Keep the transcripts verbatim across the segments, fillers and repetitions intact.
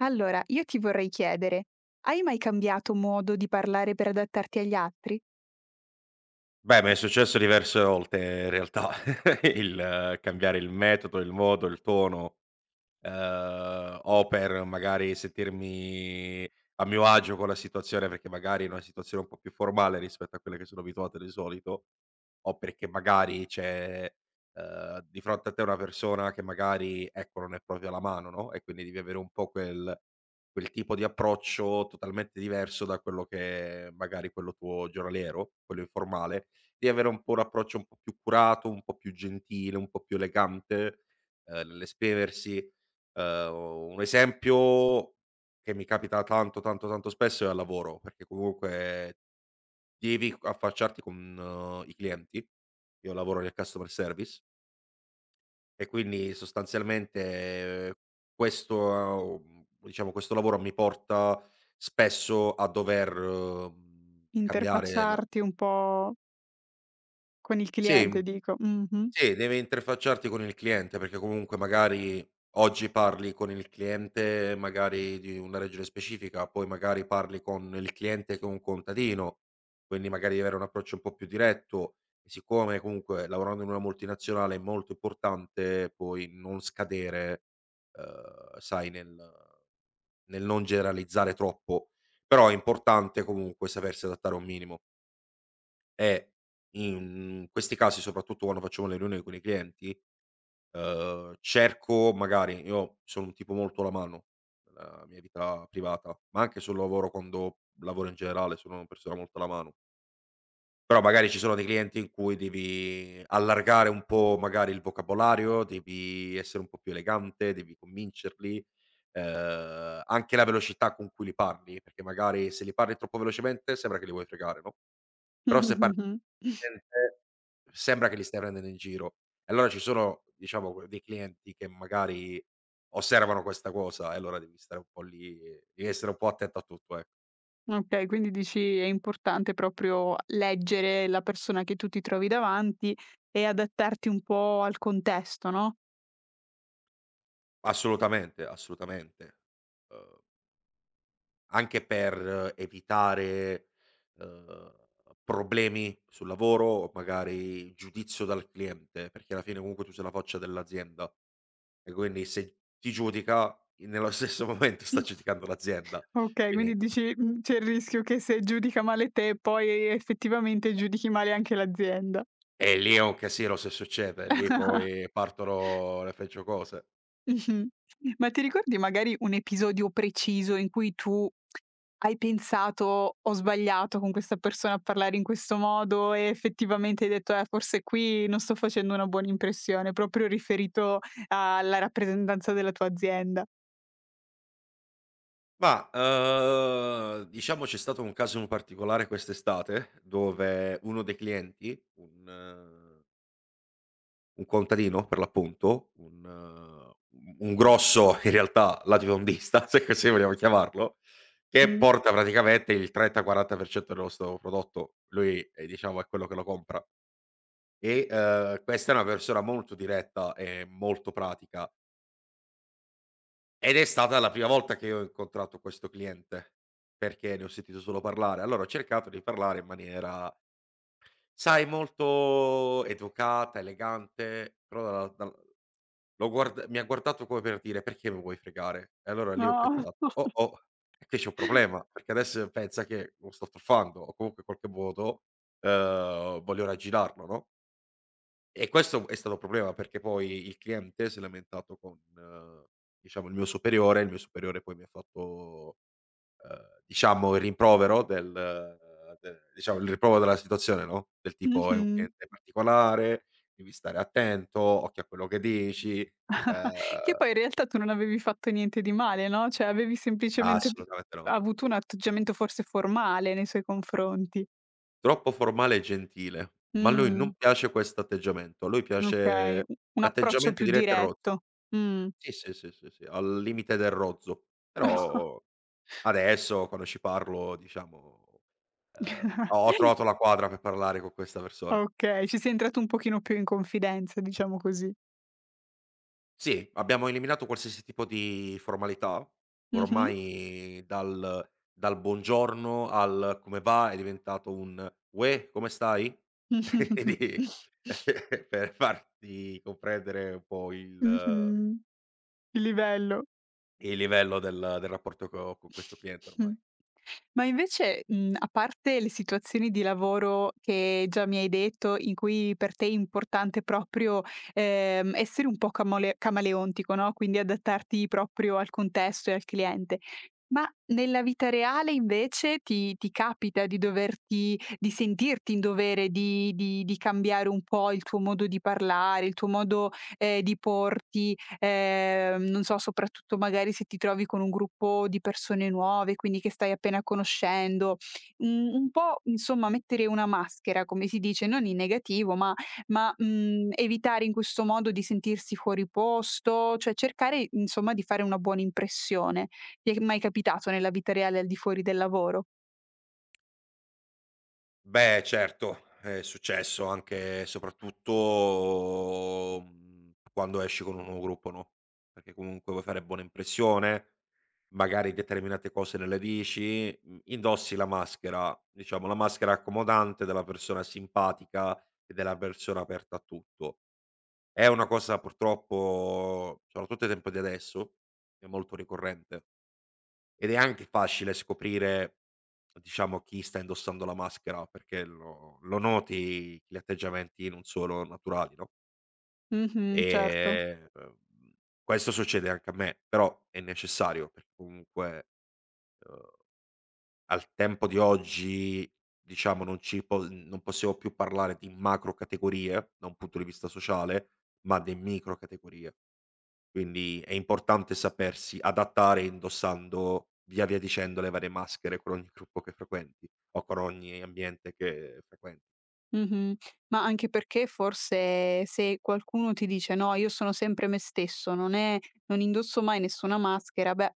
Allora, io ti vorrei chiedere, hai mai cambiato modo di parlare per adattarti agli altri? Beh, mi è successo diverse volte in realtà il eh, cambiare il metodo, il modo, il tono, Ehm, o per magari sentirmi a mio agio con la situazione, perché magari è una situazione un po' più formale rispetto a quelle che sono abituato di solito, o perché magari c'è, ehm, di fronte a te una persona che magari, ecco, non è proprio alla mano, no, e quindi devi avere un po' quel quel tipo di approccio totalmente diverso da quello che è magari quello tuo giornaliero, quello informale. Devi avere un po' un approccio un po' più curato, un po' più gentile, un po' più elegante, ehm, nell'esprimersi. Uhm, un esempio che mi capita tanto, tanto, tanto spesso è al lavoro, perché comunque devi c affacciarti con eh, i clienti. Io lavoro nel customer service e quindi sostanzialmente eh, questo eh, diciamo, questo lavoro mi porta spesso a dover, mhmm, cambiare la Interfacciarti un po' con il sì. cliente, dico. Mh-mh. Sì, devi interfacciarti con il cliente, perché comunque magari oggi parli con il cliente magari di una regione specifica, poi magari parli con il cliente che è un contadino, quindi magari devi avere un approccio un po' più diretto. E siccome comunque lavorando in una multinazionale è molto importante poi non scadere, ehm, sai nel nel non generalizzare troppo, però è importante comunque sapersi adattare a un minimo. E in questi casi, soprattutto quando facciamo le riunioni con i clienti, ehm, cerco magari io sono un tipo molto alla mano nella mia vita privata, ma anche sul lavoro quando lavoro in generale, sono una persona molto alla mano. Però magari ci sono dei clienti in cui devi allargare un po' magari il vocabolario, devi essere un po' più elegante, devi convincerli, ehm, anche la velocità con cui li parli, perché magari se li parli troppo velocemente sembra che li vuoi fregare, no, però se par Mh-mh-mh-mh. Sente sembra che li stai prendendo in giro. E allora ci sono, diciamo, que dei clienti che magari osservano questa cosa e allora devi stare un po' lì devi essere un po' attento a tutto, ecco. Okay, quindi dici è importante proprio leggere la persona che tu ti trovi davanti e adattarti un po' al contesto, no? Assolutamente, assolutamente. Uhm, anche per evitare, uhm, problemi sul lavoro o magari giudizio dal cliente, perché alla fine comunque tu sei la faccia dell'azienda e quindi se ti giudica, i nello stesso momento sta giudicando l'azienda. Okay, Quindi quindi dici, mhmm, c'è il rischio che se giudica male te, poi effettivamente giudichi male anche l'azienda. E lì è un casino se succede, lì poi partono le peggio cose. Mh-mh. Ma ti ricordi magari un episodio preciso in cui tu hai pensato: "Ho sbagliato con questa persona a parlare in questo modo", e effettivamente hai detto: "Eh, forse qui non sto facendo una buona impressione", proprio riferito alla rappresentanza della tua azienda. Ma, uhm, diciamo c'è stato un caso in particolare quest'estate, dove uno dei clienti, un eh, un contadino per l'appunto, un un un grosso in realtà latifondista, se così vogliamo chiamarlo, che Mh. porta praticamente il trenta, quaranta per cento del nostro prodotto. Lui, ehm, diciamo è quello che lo compra e, uhm, questa è una persona molto diretta e molto pratica. Ed è stata la prima volta che ho incontrato questo cliente, perché ne ho sentito solo parlare. Allora ho cercato di parlare in maniera, sai, molto educata, elegante, però dalla dal l'ho guard mi ha guardato come per dire: "Perché mi vuoi fregare?" E allora lì ho No. pensato: "Oh, oh, è che c'è un problema, perché adesso pensa che lo sto truffando o comunque in qualche modo, ehm, voglio raggirarlo, no?" E questo è stato un problema, perché poi il cliente si è lamentato con, eh, diciamo, il mio superiore, il mio superiore poi mi ha fatto, ehm, diciamo il rimprovero del ehm, de diciamo il rimprovero della situazione, no, del tipo: "È un Mh-mh. cliente particolare, devi stare attento, occhio a quello che dici", Ah, che ehm poi in realtà tu non avevi fatto niente di male, no, cioè avevi semplicemente assolutamente no. avuto un atteggiamento forse formale nei suoi confronti. Troppo formale e gentile, ma a lui non Mh, piace questo atteggiamento, a lui okay, piace u un approccio l'atteggiamento più diretto e rozzo. diretto. Mh. Sì, sì, sì, sì, sì, al limite del rozzo, però Adesso quando ci parlo diciamo, ehm, ho ho trovato la quadra per parlare con questa persona. Okay, ci sei entrato un pochino più in confidenza, diciamo così. Sì, abbiamo eliminato qualsiasi tipo di formalità, Mh-mh. ormai dal dal buongiorno al "come va" è diventato un: "Uè, come stai?" Quindi per farti comprendere un po' il Mh-mh. Che livello. il livello del del rapporto che ho con questo cliente Mh. ormai. Ma invece, mhmm, a parte le situazioni di lavoro che già mi hai detto, in cui per te è importante proprio, ehm, essere un po' camole camaleontico, no, quindi adattarti proprio al contesto e al cliente, ma nella vita reale invece ti ti capita di doverti di sentirti in dovere di di di cambiare un po' il tuo modo di parlare, il tuo modo, ehm, di porti. Ehm, non so, soprattutto magari se ti trovi con un gruppo di persone nuove, quindi che stai appena conoscendo, un un po' insomma mettere una maschera, come si dice, non in negativo, ma ma, mhmm, evitare in questo modo di sentirsi fuori posto, cioè cercare insomma di fare una buona impressione. Ti è mai capitato nella vita reale al di fuori del lavoro? Beh certo, è successo anche e soprattutto, mhmm, quando esci con un nuovo gruppo, no, perché comunque vuoi fare buona impressione, magari determinate cose non le dici, mhmm, indossi la maschera, diciamo la maschera accomodante della persona simpatica e della persona aperta a tutto. È una cosa purtroppo, soprattutto ai tempo di adesso, è molto ricorrente. Ed è anche facile scoprire, diciamo, chi sta indossando la maschera, perché lo lo noti gli atteggiamenti non solo naturali, no, Mh-mh, certo. ehm, uhm, questo succede anche a me, però è necessario perché comunque, uhm, al tempo di oggi, diciamo, non ci po non possiamo più parlare di macro categorie, da un punto di vista sociale, ma di micro categorie. Quindi è importante sapersi adattare indossando, via via dicendo, le varie maschere con ogni gruppo che frequenti o con ogni ambiente che frequenti. Mh-mh. Ma anche perché forse se qualcuno ti dice: "No, io sono sempre me stesso, non è non indosso mai nessuna maschera", beh,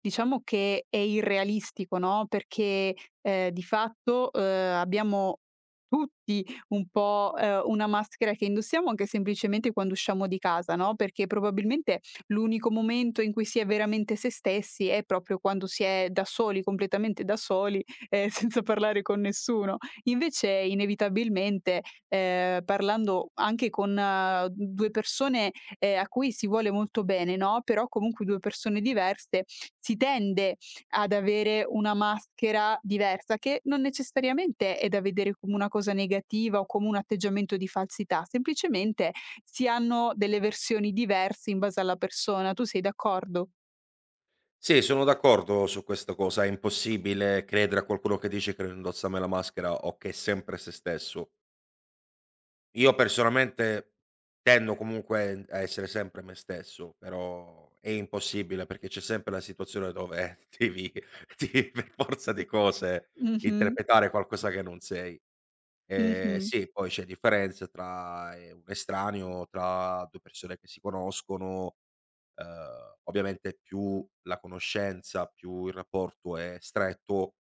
diciamo che è irrealistico, no, perché, ehm, di fatto, uhm, abbiamo tutti un po', ehm, una maschera che indossiamo anche semplicemente quando usciamo di casa, no, perché probabilmente l'unico momento in cui si è veramente se stessi è proprio quando si è da soli, completamente da soli, ehm, senza parlare con nessuno. Invece inevitabilmente, ehm, parlando anche con due persone, ehm, a cui si vuole molto bene, no, però comunque due persone diverse, si tende ad avere una maschera diversa, che non necessariamente è da vedere come una cosa negativa o come un atteggiamento di falsità, semplicemente si hanno delle versioni diverse in base alla persona. Tu sei d'accordo? Sì, sono d'accordo su questa cosa. È impossibile credere a qualcuno che dice che non indossa mai la maschera o che è sempre se stesso. Io personalmente tendo comunque a essere sempre me stesso, però è impossibile perché c'è sempre la situazione dove devi, devi per forza di cose Mh-mh, interpretare qualcosa che non sei. Ehm, mh-mh. Sì, poi c'è differenza tra, ehm, un estraneo, tra due persone che si conoscono, ehm, ovviamente più la conoscenza, più il rapporto è stretto,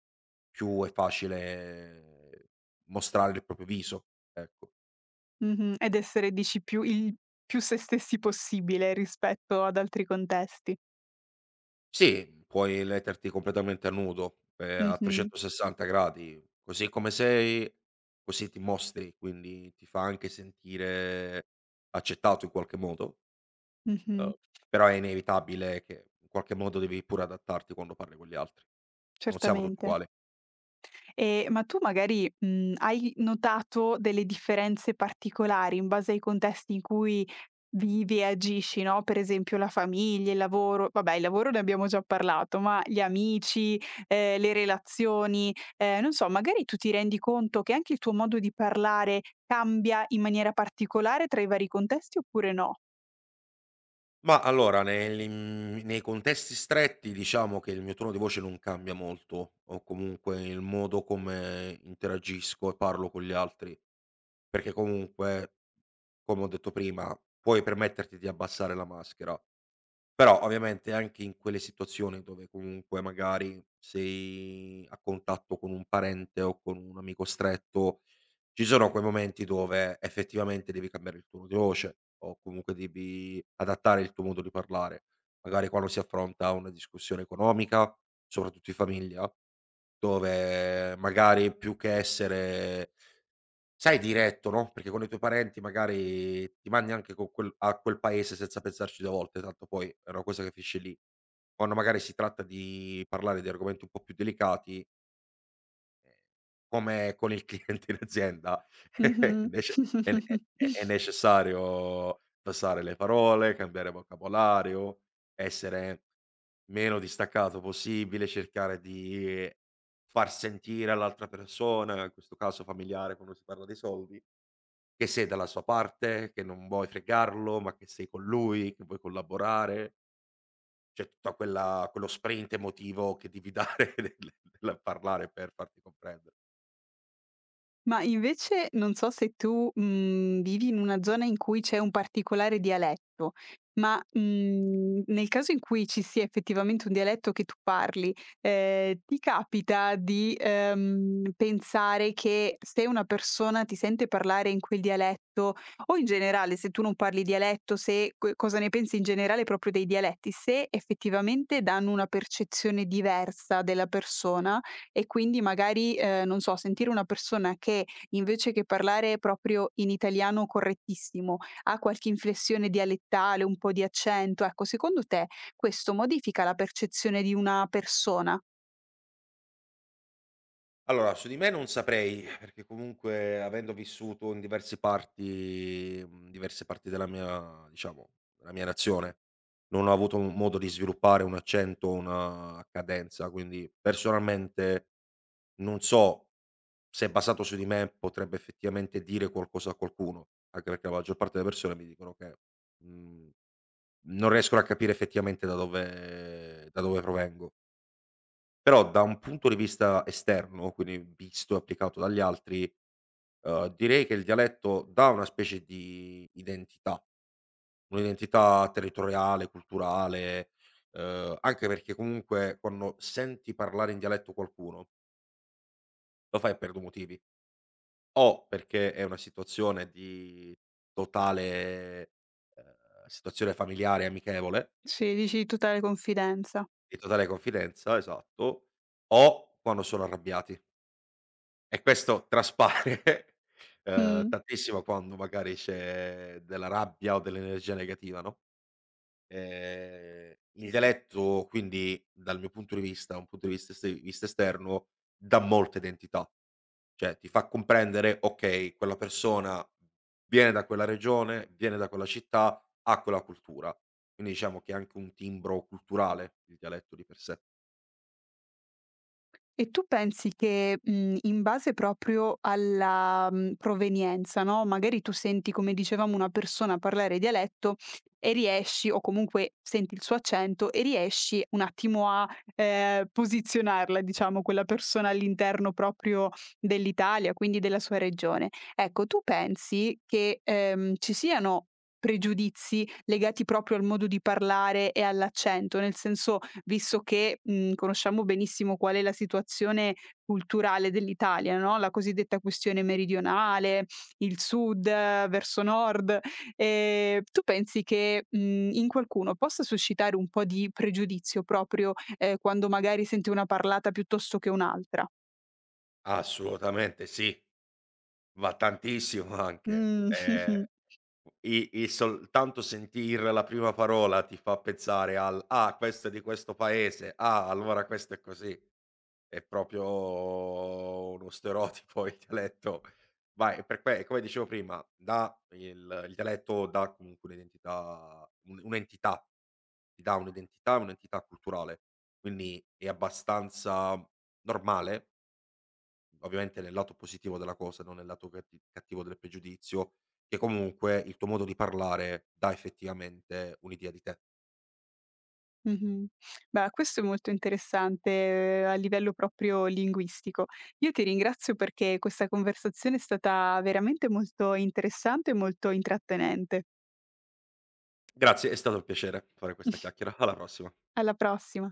più è facile eh, mostrare il proprio viso, ecco. Mh-mh. Ed essere dici più il più se stessi possibile rispetto ad altri contesti. Sì, puoi letterti completamente a nudo, ehm, a Mh-mh, trecentosessanta gradi, così come sei, così ti mostri, quindi ti fa anche sentire accettato in qualche modo. mh-mh, Uhm, Però è inevitabile che in qualche modo devi pure adattarti quando parli con gli altri. Non siamo tutti certamente. uguali. Ehm, ma tu magari, mhmm, hai notato delle differenze particolari in base ai contesti in cui vivi e agisci, no, per esempio la famiglia, il lavoro, vabbè il lavoro ne abbiamo già parlato, ma gli amici, ehm, le relazioni, ehm, non so, magari tu ti rendi conto che anche il tuo modo di parlare cambia in maniera particolare tra i vari contesti oppure no? Ma allora nel mhmm, nei contesti stretti diciamo che il mio tono di voce non cambia molto, o comunque il modo come interagisco e parlo con gli altri, perché comunque, come ho detto prima, puoi permetterti di abbassare la maschera. Però ovviamente anche in quelle situazioni dove comunque magari sei a contatto con un parente o con un amico stretto, ci sono quei momenti dove effettivamente devi cambiare il tono di voce o comunque devi adattare il tuo modo di parlare. Magari quando si affronta una discussione economica, soprattutto in famiglia, dove magari più che essere Sai diretto, no, perché con i tuoi parenti magari ti mandi anche con quel a quel paese senza pensarci due volte, tanto poi è una cosa che finisce lì. Quando magari si tratta di parlare di argomenti un po' più delicati, ehm, come con il cliente in azienda, Mh-mh. nece è ne è è è necessario passare le parole, cambiare vocabolario, essere meno distaccato possibile, cercare di far sentire all'altra persona, in questo caso familiare quando si parla dei soldi che sei dalla sua parte, che non vuoi fregarlo, ma che sei con lui, che vuoi collaborare. C'è tutta quella quello sprint emotivo che devi dare nel nel parlare per farti comprendere. Ma invece non so se tu, mhmm, vivi in una zona in cui c'è un particolare dialetto, ma, mhmm, nel caso in cui ci sia effettivamente un dialetto che tu parli, ehm, ti capita di, ehm, pensare che se una persona ti sente parlare in quel dialetto o in generale se tu non parli dialetto, se co cosa ne pensi in generale proprio dei dialetti, se effettivamente danno una percezione diversa della persona? E quindi magari, ehm, non so, sentire una persona che invece che parlare proprio in italiano correttissimo, ha qualche inflessione dialettale, un po' di accento, ecco, secondo te questo modifica la percezione di una persona? Allora, su di me non saprei, perché comunque avendo vissuto in diversi parti mhmm, diverse parti della mia diciamo, della mia nazione, non ho avuto m modo di sviluppare un accento, una cadenza, quindi personalmente non so Se è basato su di me potrebbe effettivamente dire qualcosa a qualcuno, anche perché la maggior parte delle persone mi dicono che, mhmm, non riescono a capire effettivamente da dove da dove provengo. Però da un punto di vista esterno, quindi visto e applicato dagli altri, uhm, direi che il dialetto dà una specie di identità, un'identità territoriale, culturale, uhm, anche perché comunque quando senti parlare in dialetto qualcuno, lo fai per due motivi. O perché è una situazione di totale ehm, situazione familiare amichevole, Se dici di totale confidenza. di totale confidenza, esatto, o quando sono arrabbiati. E questo traspare, ehm, Mh. tantissimo quando magari c'è della rabbia o dell'energia negativa, no, ehm, l'intelletto quindi, dal mio punto di vista, un punto di vista esti vista esterno, dà molta identità. Cioè, ti fa comprendere: okay, quella persona viene da quella regione, viene da quella città, ha quella cultura. Quindi diciamo che è anche un timbro culturale il dialetto di per sé. E tu pensi che, mhmm, in base proprio alla, mhmm, provenienza, no, magari tu senti, come dicevamo, una persona parlare dialetto e riesci o comunque senti il suo accento e riesci un attimo a, ehm, posizionarla, diciamo, quella persona all'interno proprio dell'Italia, quindi della sua regione. Ecco, tu pensi che, ehm, ci siano pregiudizi legati proprio al modo di parlare e all'accento? Nel senso, visto che, mhmm, conosciamo benissimo qual è la situazione culturale dell'Italia, no, la cosiddetta questione meridionale, il sud eh, verso nord. Ehm, tu pensi che, mhmm, in qualcuno possa suscitare un po' di pregiudizio proprio, ehm, quando magari sente una parlata piuttosto che un'altra? Assolutamente sì, va tantissimo anche. Mh. Ehm, i il soltanto sentir la prima parola ti fa pensare al: "Ah, questo è di questo paese, ah, allora questo è così". È proprio uno stereotipo il dialetto. Ma è per que come dicevo prima, dà il il dialetto dà comunque un'identità un un'entità, ti dà un'identità, un'entità culturale. Quindi è abbastanza normale, ovviamente nel lato positivo della cosa, non nel lato catti cattivo del pregiudizio, che comunque il tuo modo di parlare dà effettivamente un'idea di te. Mh-mh. Beh, questo è molto interessante, ehm, a livello proprio linguistico. Io ti ringrazio perché questa conversazione è stata veramente molto interessante e molto intrattenente. Grazie, è stato un piacere fare questa chiacchiera. Alla prossima. Alla prossima.